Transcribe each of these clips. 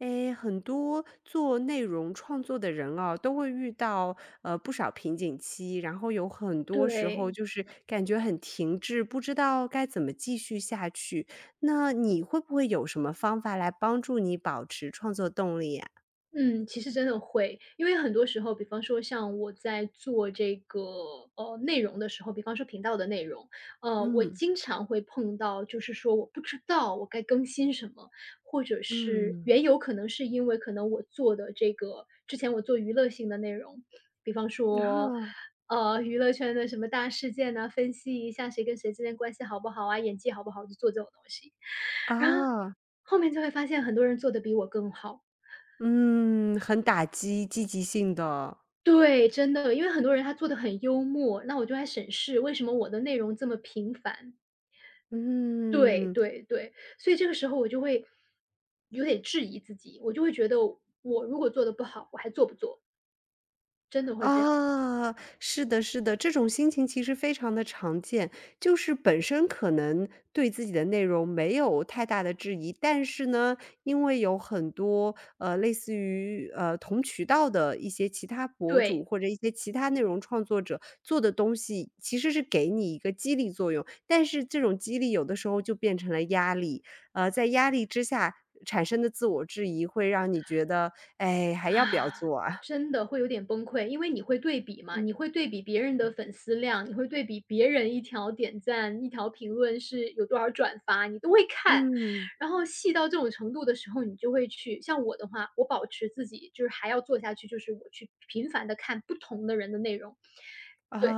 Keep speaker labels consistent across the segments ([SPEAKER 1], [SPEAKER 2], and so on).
[SPEAKER 1] 诶，很多做内容创作的人啊，都会遇到不少瓶颈期，然后有很多时候
[SPEAKER 2] 对，
[SPEAKER 1] 就是感觉很停滞，不知道该怎么继续下去。那你会不会有什么方法来帮助你保持创作动力呀？
[SPEAKER 2] 嗯，其实真的会。因为很多时候，比方说像我在做这个内容的时候，比方说频道的内容，我
[SPEAKER 1] 嗯
[SPEAKER 2] 经常会碰到，就是说我不知道我该更新什么，或者是
[SPEAKER 1] 嗯，
[SPEAKER 2] 原有可能是因为可能我做的这个之前我做娱乐性的内容，比方
[SPEAKER 1] 然
[SPEAKER 2] 说。
[SPEAKER 1] 后
[SPEAKER 2] 娱乐圈的什么大事件呐、分析一下谁跟谁之间关系好不好啊，演技好不好，就做这种东西。然后
[SPEAKER 1] 啊，
[SPEAKER 2] 后面就会发现很多人做的比我更好。
[SPEAKER 1] 嗯，很打击积极性的，
[SPEAKER 2] 对，真的，因为很多人他做的很幽默，那我就来审视为什么我的内容这么平凡。对
[SPEAKER 1] 嗯。
[SPEAKER 2] 对对，所以这个时候我就会有点质疑自己，我就会觉得我如果做的不好，我还做不做？真的会这样，
[SPEAKER 1] 啊，是的，是的，这种心情其实非常的常见。就是本身可能对自己的内容没有太大的质疑，但是呢，因为有很多，类似于，同渠道的一些其他博主
[SPEAKER 2] 对。
[SPEAKER 1] 或者一些其他内容创作者做的东西，其实是给你一个激励作用，但是这种激励有的时候就变成了压力。在压力之下产生的自我质疑会让你觉得：“哎，还要不要做啊？”
[SPEAKER 2] 真的会有点崩溃，因为你会对比嘛，你
[SPEAKER 1] 嗯，
[SPEAKER 2] 会对比别人的粉丝量，你会对比别人一条点赞、一条评论是有多少转发，你都会看。
[SPEAKER 1] 嗯。
[SPEAKER 2] 然后细到这种程度的时候，你就会去像我的话，我保持自己就是还要做下去，就是我去频繁的看不同的人的内容。对，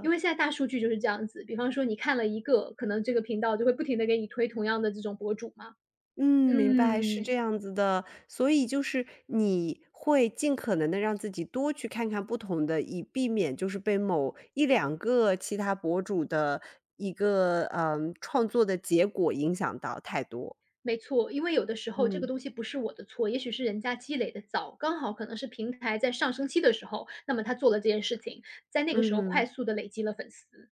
[SPEAKER 2] 因为现在大数据就是这样子，比方说你看了一个，可能这个频道就会不停的给你推同样的这种博主嘛。
[SPEAKER 1] 嗯，明白，是这
[SPEAKER 2] 嗯。
[SPEAKER 1] 样子的。所以就是你会尽可能的让自己多去看看不同的，以避免就是被某一两个其他博主的一个，嗯创作的结果影响到太多。
[SPEAKER 2] 没错，因为有的时候这个
[SPEAKER 1] 嗯，
[SPEAKER 2] 东西不是我的错，也许是人家积累的早，刚好可能是平台在上升期的时候，那么他做了这件事情，在那个
[SPEAKER 1] 嗯
[SPEAKER 2] 时候快
[SPEAKER 1] 哼。
[SPEAKER 2] 速的累积了粉丝。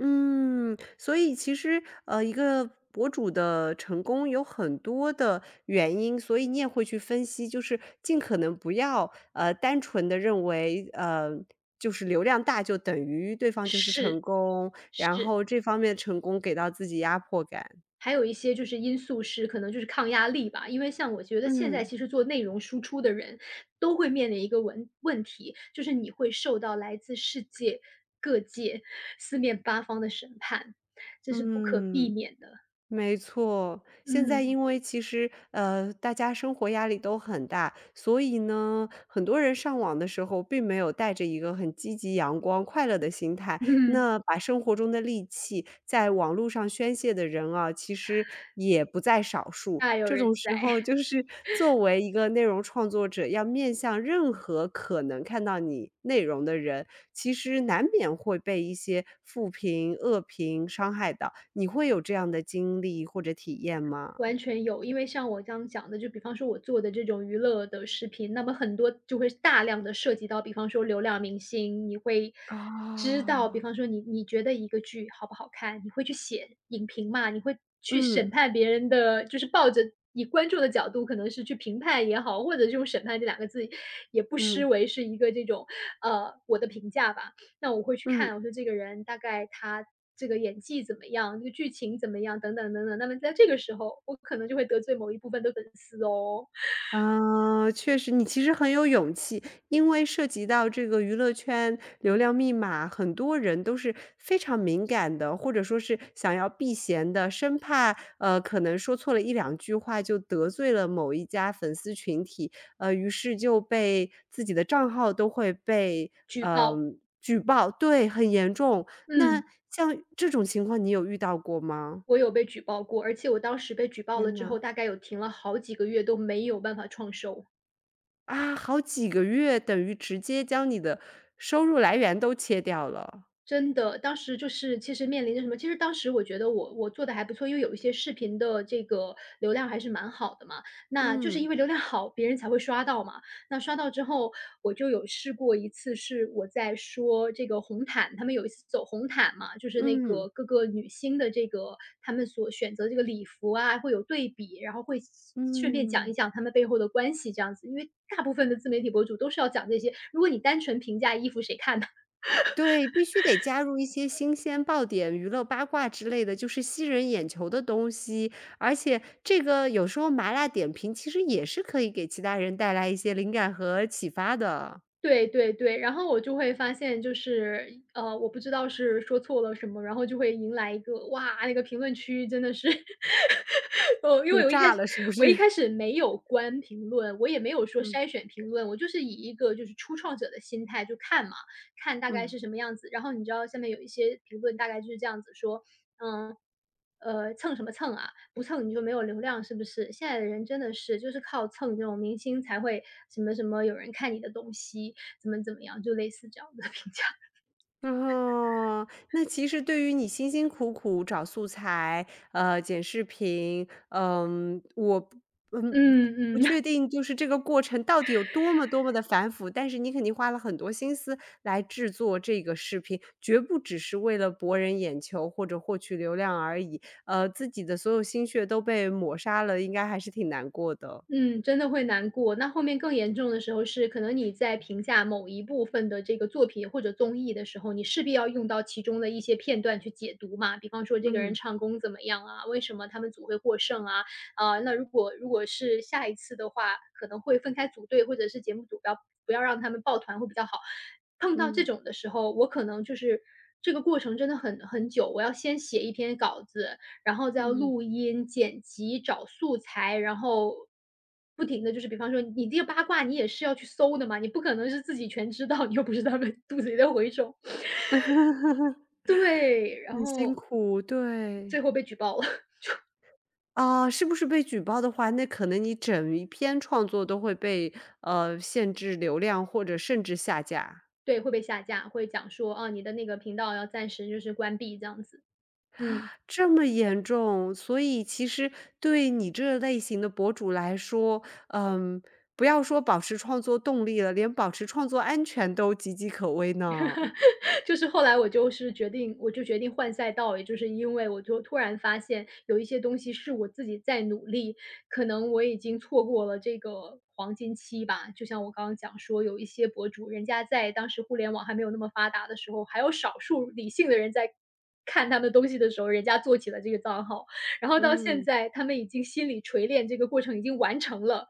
[SPEAKER 1] 嗯，所以其实，一个博主的成功有很多的原因，所以你也会去分析，就是尽可能不要，单纯的认为，就是流量大就等于对方就是成
[SPEAKER 2] 是，
[SPEAKER 1] 功，然
[SPEAKER 2] 是，
[SPEAKER 1] 后这方面成功给到自己压迫感。
[SPEAKER 2] 还有一些就是因素是可能就是抗压力吧，因为像我觉得现在
[SPEAKER 1] 嗯，
[SPEAKER 2] 其实做内容输出的人都会面临一个问题，就是你会受到来自世界各界四面八方的审判，这是不可避
[SPEAKER 1] 嗯。
[SPEAKER 2] 免的。
[SPEAKER 1] 没错，现在
[SPEAKER 2] 嗯
[SPEAKER 1] 因为其实大家生活压力都很大，所以呢，很多人上网的时候并没有带着一个很积极、阳光、快乐的心态，
[SPEAKER 2] 嗯，
[SPEAKER 1] 那把生活中的戾气在网络上宣泄的人啊，其实也不在少数。
[SPEAKER 2] 大有
[SPEAKER 1] 这
[SPEAKER 2] 人
[SPEAKER 1] 种
[SPEAKER 2] 在。
[SPEAKER 1] 时候，就是作为一个内容创作者，要面向任何可能看到你内容的人，其实难免会被一些负评、恶评伤害到，你会有这样的经历或者体验吗？
[SPEAKER 2] 完全有，因为像我刚刚讲的，就比方说我做的这种娱乐的视频，那么很多就会大量的涉及到，比方说流量明星，你会知道，
[SPEAKER 1] 啊，
[SPEAKER 2] 比方说你觉得一个剧好不好看，你会去写影评嘛，你会去审
[SPEAKER 1] 嗯，
[SPEAKER 2] 判别人的就是抱着以观众的角度，可能是去评判也好，或者是用审判这两个字，也不失
[SPEAKER 1] 嗯，
[SPEAKER 2] 为是一个这种，我的评价吧。那我会去
[SPEAKER 1] 嗯。
[SPEAKER 2] 看，我说这个人大概他这个演技怎么样，这个剧情怎么样，等等等等。那么在这个时候，我可能就会得罪某一部分的粉丝哦，
[SPEAKER 1] 啊，确实，你其实很有勇气，因为涉及到这个娱乐圈流量密码，很多人都是非常敏感的，或者说是想要避嫌的，生怕可能说错了一两句话就得罪了某一家粉丝群体，于是就被自己的账号都会被
[SPEAKER 2] 举报。
[SPEAKER 1] 嗯举报，对，很严重。那
[SPEAKER 2] 嗯，
[SPEAKER 1] 像这种情况，你有遇到过吗？
[SPEAKER 2] 我有被举报过，而且我当时被举报了
[SPEAKER 1] 天
[SPEAKER 2] 之后，
[SPEAKER 1] 呐。
[SPEAKER 2] 大概有停了好几个月都没有办法创收。
[SPEAKER 1] 啊，好几个月，等于直接将你的收入来源都切掉了。
[SPEAKER 2] 真的，当时就是其实面临着什么，其实当时我觉得我做的还不错，因为有一些视频的这个流量还是蛮好的嘛，那就是
[SPEAKER 1] 嗯，
[SPEAKER 2] 因为流量好，别人才会刷到嘛。那刷到之后，我就有试过一次，是我在说这个红毯，他们有一次走红毯嘛，就是那
[SPEAKER 1] 嗯，
[SPEAKER 2] 个各个女星的这个他们所选择这个礼服啊，会有对比，然后会顺便讲
[SPEAKER 1] 嗯。
[SPEAKER 2] 一讲他们背后的关系这样子，因为大部分的自媒体博主都是要讲这些，如果你单纯评价衣服，谁看呢？
[SPEAKER 1] 对，必须得加入一些新鲜爆点、娱乐八卦之类的，就是吸人眼球的东西。而且这个有时候麻辣点评其实也是可以给其他人带来一些灵感和启发的。
[SPEAKER 2] 对对对，然后我就会发现就是，我不知道是说错了什么，然后就会迎来一个哇，那个评论区真的是，哦，因
[SPEAKER 1] 又
[SPEAKER 2] 为我一开
[SPEAKER 1] 炸
[SPEAKER 2] 始
[SPEAKER 1] 了是不
[SPEAKER 2] 我一开
[SPEAKER 1] 是？
[SPEAKER 2] 始没有关评论，我也没有 说
[SPEAKER 1] 嗯，
[SPEAKER 2] 筛选评论，我就是以一个就是初创者的心态就看嘛，看大概
[SPEAKER 1] 嗯。
[SPEAKER 2] 是什么样子。然后你知道下面有一些评论大概就是这样子说，嗯，蹭什么蹭啊？不蹭你就没有流量，是不是？现在的人真的是就是靠蹭这种明星才会什么什么有人看你的东西，怎么怎么样，就类似这样的评价。
[SPEAKER 1] 哦，那其实对于你辛辛苦苦找素材，剪视频，嗯，我不嗯，不
[SPEAKER 2] 嗯嗯
[SPEAKER 1] 确定就是这个过程到底有多么多么的繁复，但是你肯定花了很多心思来制作这个视频，绝不只是为了博人眼球或者获取流量而已，自己的所有心血都被抹杀了，应该还是挺难过的。
[SPEAKER 2] 嗯，真的会难过。那后面更严重的时候是，可能你在评价某一部分的这个作品或者综艺的时候，你势必要用到其中的一些片段去解读嘛。比方说这个人
[SPEAKER 1] 嗯，
[SPEAKER 2] 唱功怎么样啊？为什么他们组会获胜啊？啊，那如果是下一次的话，可能会分开组队，或者是节目组不要让他们抱团会比较好。碰到这
[SPEAKER 1] 嗯，
[SPEAKER 2] 种的时候，我可能就是这个过程真的很久，我要先写一篇稿子，然后再要
[SPEAKER 1] 嗯，
[SPEAKER 2] 录音、剪辑、找素材，然后不停的就是比方说你这个八卦你也是要去搜的嘛，你不可能是自己全知道，你又不是他们肚子里的蛔虫。对，然
[SPEAKER 1] 很辛
[SPEAKER 2] 后
[SPEAKER 1] 苦，对。
[SPEAKER 2] 最后被举报了，
[SPEAKER 1] 啊，是不是被举报的话，那可能你整一篇创作都会被，限制流量或者甚至下架，
[SPEAKER 2] 对，会被下架，会讲说，啊，你的那个频道要暂时就是关闭这样子，嗯。
[SPEAKER 1] 这么严重。所以其实对你这类型的博主来说，嗯，不要说保持创作动力了，连保持创作安全都岌岌可危呢。
[SPEAKER 2] 就是后来我就决定换赛道，也就是因为我就突然发现有一些东西是我自己在努力，可能我已经错过了这个黄金期吧。就像我刚刚讲说，有一些博主，人家在当时互联网还没有那么发达的时候，还有少数理性的人在看他们东西的时候，人家做起了这个账号，然后到现
[SPEAKER 1] 嗯。
[SPEAKER 2] 在他们已经心理锤炼这个过程已经完成了。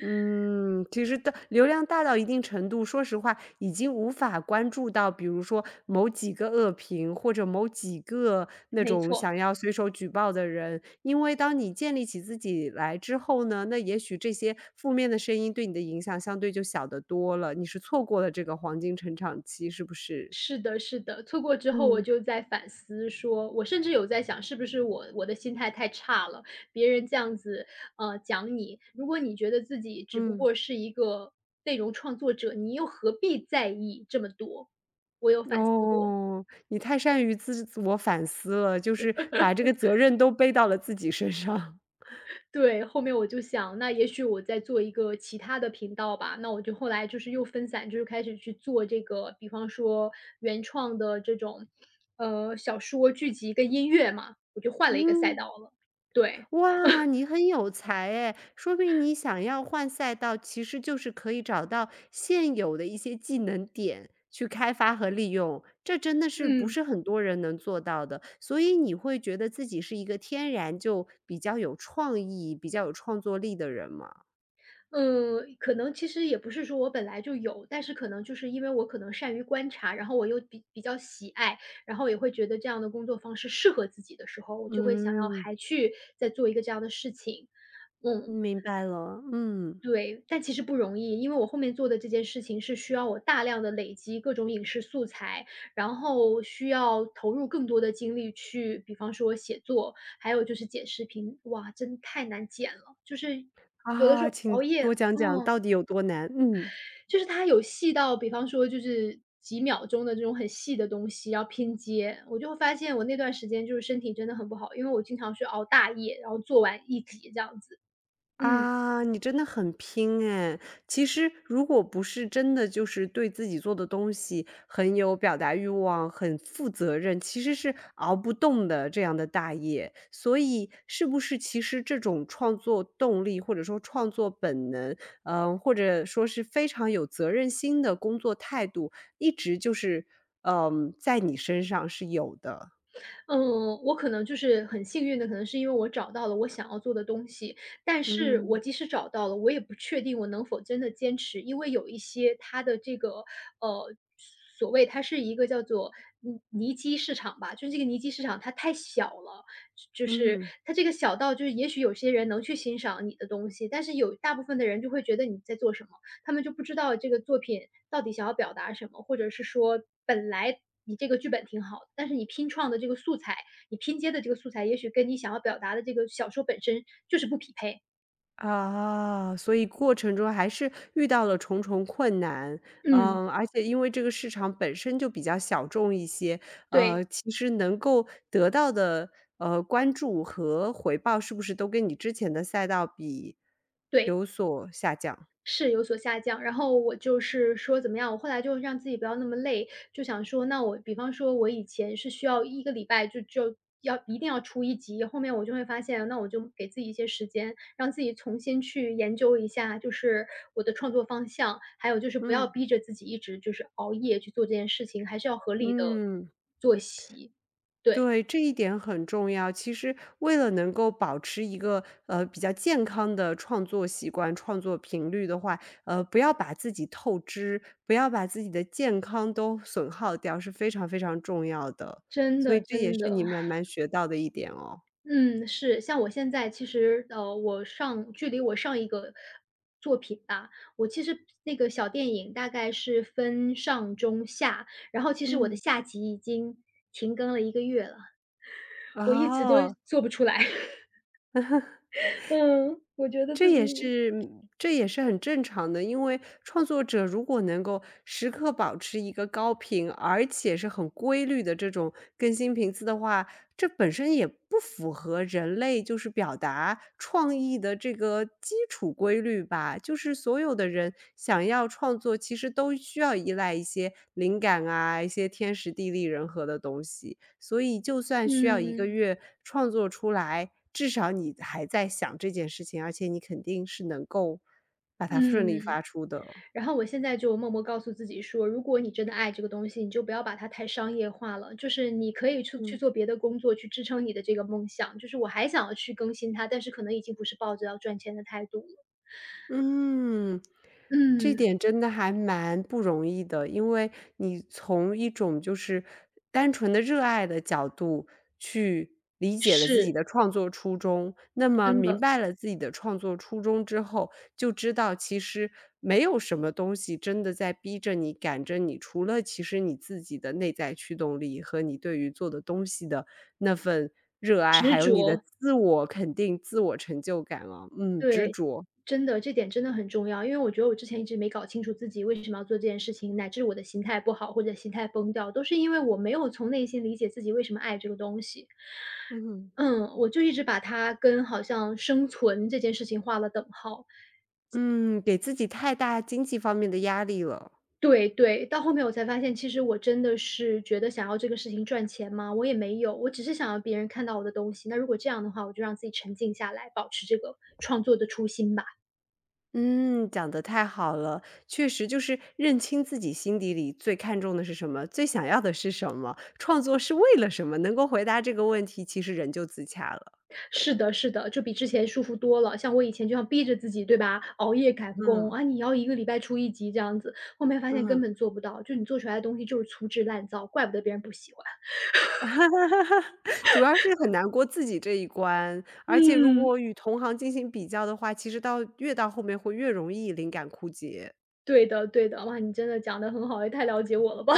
[SPEAKER 1] 嗯，其实的流量大到一定程度，说实话，已经无法关注到，比如说某几个恶评，或者某几个那
[SPEAKER 2] 没
[SPEAKER 1] 种
[SPEAKER 2] 错。
[SPEAKER 1] 想要随手举报的人。因为当你建立起自己来之后呢，那也许这些负面的声音对你的影响相对就小得多了，你是错过了这个黄金成长期，是不是？
[SPEAKER 2] 是的是的，错过之后我
[SPEAKER 1] 嗯
[SPEAKER 2] 就在反思说，我甚至有在想，是不是我的心态太差了，别人这样子，讲你，如果你觉得自己只不
[SPEAKER 1] 嗯。
[SPEAKER 2] 过是一个内容创作者，你又何必在意这么多？我有反思过。
[SPEAKER 1] 哦，你太善于自我反思了，就是把这个责任都背到了自己身上。
[SPEAKER 2] 对，后面我就想，那也许我再做一个其他的频道吧。那我就后来就是又分散，就是开始去做这个，比方说原创的这种，小说、剧集跟音乐嘛，我就换 了一个赛
[SPEAKER 1] 嗯。
[SPEAKER 2] 道了。对，
[SPEAKER 1] 哇，你很有才诶。说明你想要换赛道，其实就是可以找到现有的一些技能点去开发和利用，这真的是不
[SPEAKER 2] 嗯。
[SPEAKER 1] 是很多人能做到的。所以你会觉得自己是一个天然就比较有创意、比较有创作力的人吗？
[SPEAKER 2] 可能其实也不是说我本来就有，但是可能就是因为我可能善于观察，然后我又比较喜爱，然后也会觉得这样的工作方式适合自己的时候，我就会想要
[SPEAKER 1] 嗯，
[SPEAKER 2] 还去再做一个这样的事情。嗯。
[SPEAKER 1] 明白了，嗯。
[SPEAKER 2] 对，但其实不容易，因为我后面做的这件事情是需要我大量的累积各种影视素材，然后需要投入更多的精力去，比方说写作，还有就是剪视频，哇，真太难剪了，就是有的时
[SPEAKER 1] 啊，
[SPEAKER 2] 候
[SPEAKER 1] 请
[SPEAKER 2] 熬夜
[SPEAKER 1] 多讲讲
[SPEAKER 2] 嗯，
[SPEAKER 1] 到底有多难？嗯。
[SPEAKER 2] 就是它有细到比方说就是几秒钟的这种很细的东西要拼接，我就会发现我那段时间就是身体真的很不好，因为我经常去熬大夜，然后做完一集这样子，嗯。
[SPEAKER 1] 啊，你真的很拼哎！其实如果不是真的就是对自己做的东西很有表达欲望、很负责任，其实是熬不动的这样的大业。所以是不是其实这种创作动力或者说创作本能，嗯、或者说是非常有责任心的工作态度，一直就是嗯、在你身上是有的。
[SPEAKER 2] 嗯，我可能就是很幸运的，可能是因为我找到了我想要做的东西，但是我
[SPEAKER 1] 嗯
[SPEAKER 2] 即使找到了，我也不确定我能否真的坚持，因为有一些它的这个呃，所谓它是一个叫做泥基市场吧，就是这个泥基市场它太小了，就是
[SPEAKER 1] 嗯。
[SPEAKER 2] 它这个小到就是也许有些人能去欣赏你的东西，但是有大部分的人就会觉得你在做什么。他们就不知道这个作品到底想要表达什么，或者是说本来你这个剧本挺好的但是你拼接的这个素材，也许跟你想要表达的这个小说本身就是不匹配。
[SPEAKER 1] 啊，所以过程中还是遇到了重重困难。
[SPEAKER 2] 嗯，
[SPEAKER 1] 嗯，而且因为这个市场本身就比较小众一些，
[SPEAKER 2] 对，
[SPEAKER 1] 其实能够得到的，关注和回报是不是都跟你之前的赛道比
[SPEAKER 2] 对。
[SPEAKER 1] 有所下降？
[SPEAKER 2] 是有所下降，然后我就是说怎么样，我后来就让自己不要那么累，就想说，那我比方说我以前是需要一个礼拜就要一定要出一集，后面我就会发现，那我就给自己一些时间，让自己重新去研究一下，就是我的创作方向，还有就是不要
[SPEAKER 1] 嗯，
[SPEAKER 2] 逼着自己一直就是熬夜去做这件事情，还是要合理的
[SPEAKER 1] 嗯。
[SPEAKER 2] 作息。对，
[SPEAKER 1] 对，这一点很重要。其实为了能够保持一个，比较健康的创作习惯、创作频率的话，不要把自己透支，不要把自己的健康都损耗掉，是非常非常重要的。
[SPEAKER 2] 真
[SPEAKER 1] 所以
[SPEAKER 2] 的
[SPEAKER 1] 这也
[SPEAKER 2] 真
[SPEAKER 1] 是
[SPEAKER 2] 的。
[SPEAKER 1] 你慢慢学到的一点哦。
[SPEAKER 2] 嗯，是，像我现在其实，距离我上一个作品吧，我其实那个小电影大概是分上中下，然后其实我的
[SPEAKER 1] 嗯，
[SPEAKER 2] 下集已经停更了一个月了，我一直都
[SPEAKER 1] 哦。
[SPEAKER 2] 做不出来，嗯。我觉得
[SPEAKER 1] 这
[SPEAKER 2] 自
[SPEAKER 1] 也
[SPEAKER 2] 己
[SPEAKER 1] 是这也是很正常的，因为创作者如果能够时刻保持一个高频，而且是很规律的这种更新频次的话，这本身也不符合人类就是表达创意的这个基础规律吧。就是所有的人想要创作，其实都需要依赖一些灵感啊，一些天时地利人和的东西。所以就算需要一个
[SPEAKER 2] 嗯，
[SPEAKER 1] 月创作出来，至少你还在想这件事情，而且你肯定是能够把它顺利
[SPEAKER 2] 嗯。
[SPEAKER 1] 发出的。
[SPEAKER 2] 然后我现在就默默告诉自己说，如果你真的爱这个东西，你就不要把它太商业化了。就是你可以去
[SPEAKER 1] 嗯。
[SPEAKER 2] 做别的工作，去支撑你的这个梦想。就是我还想要去更新它，但是可能已经不是抱着要赚钱的态度了。
[SPEAKER 1] 嗯，这
[SPEAKER 2] 嗯，
[SPEAKER 1] 点真的还蛮不容易的，因为你从一种就是单纯的热爱的角度去理解了自己
[SPEAKER 2] 是，
[SPEAKER 1] 的创作初衷，那么
[SPEAKER 2] 真
[SPEAKER 1] 明
[SPEAKER 2] 的，
[SPEAKER 1] 白了自己的创作初衷之后，就知道其实没有什么东西真的在逼着你、赶着你，除了其实你自己的内在驱动力和你对于做的东西的那份热爱，还
[SPEAKER 2] 执
[SPEAKER 1] 有你的
[SPEAKER 2] 着，
[SPEAKER 1] 自我肯定、自我成就感啊，嗯，执
[SPEAKER 2] 对，
[SPEAKER 1] 着，
[SPEAKER 2] 真的，这点真的很重要。因为我觉得我之前一直没搞清楚自己为什么要做这件事情，乃至我的心态不好或者心态崩掉，都是因为我没有从内心理解自己为什么爱这个东西。
[SPEAKER 1] 嗯。
[SPEAKER 2] 嗯，我就一直把它跟好像生存这件事情画了等号。
[SPEAKER 1] 嗯，给自己太大经济方面的压力了。
[SPEAKER 2] 对对，到后面我才发现，其实我真的是觉得想要这个事情赚钱吗？我也没有，我只是想要别人看到我的东西。那如果这样的话，我就让自己沉静下来，保持这个创作的初心吧。
[SPEAKER 1] 嗯，讲得太好了，确实就是认清自己心底里最看重的是什么，最想要的是什么，创作是为了什么，能够回答这个问题，其实人就自洽了。
[SPEAKER 2] 是的，是的，就比之前舒服多了。像我以前就要逼着自己，对吧？熬夜赶工
[SPEAKER 1] 嗯，
[SPEAKER 2] 啊，你要一个礼拜出一集这样子，后面发现根
[SPEAKER 1] 嗯，
[SPEAKER 2] 本做不到，就你做出来的东西就是粗制滥造，怪不得别人不喜欢。
[SPEAKER 1] 主要是很难过自己这一关，而且如
[SPEAKER 2] 嗯。
[SPEAKER 1] 果与同行进行比较的话，其实到越到后面会越容易灵感枯竭。
[SPEAKER 2] 对的对的，哇，你真的讲得很好，也太了解我了吧。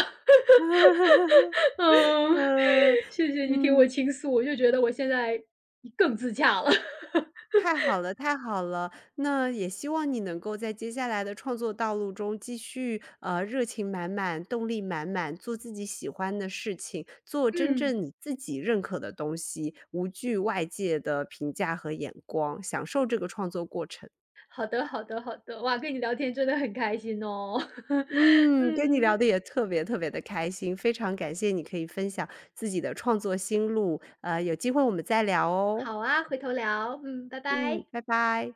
[SPEAKER 2] 嗯，
[SPEAKER 1] 嗯，
[SPEAKER 2] 谢谢你听我
[SPEAKER 1] 嗯。
[SPEAKER 2] 倾诉，我就觉得我现在更自洽了。
[SPEAKER 1] 太好了，太好了！那也希望你能够在接下来的创作道路中继续，热情满满、动力满满，做自己喜欢的事情，做真
[SPEAKER 2] 嗯，
[SPEAKER 1] 正你自己认可的东西，无惧外界的评价和眼光，享受这个创作过程。
[SPEAKER 2] 好的好的好的，哇，跟你聊天真的很开心哦。
[SPEAKER 1] 嗯，跟你聊
[SPEAKER 2] 嗯，
[SPEAKER 1] 的也特别特别的开心，非常感谢你可以分享自己的创作心路，有机会我们再聊哦。
[SPEAKER 2] 好啊，回头聊，嗯，拜
[SPEAKER 1] 嗯，
[SPEAKER 2] 拜。
[SPEAKER 1] 拜拜。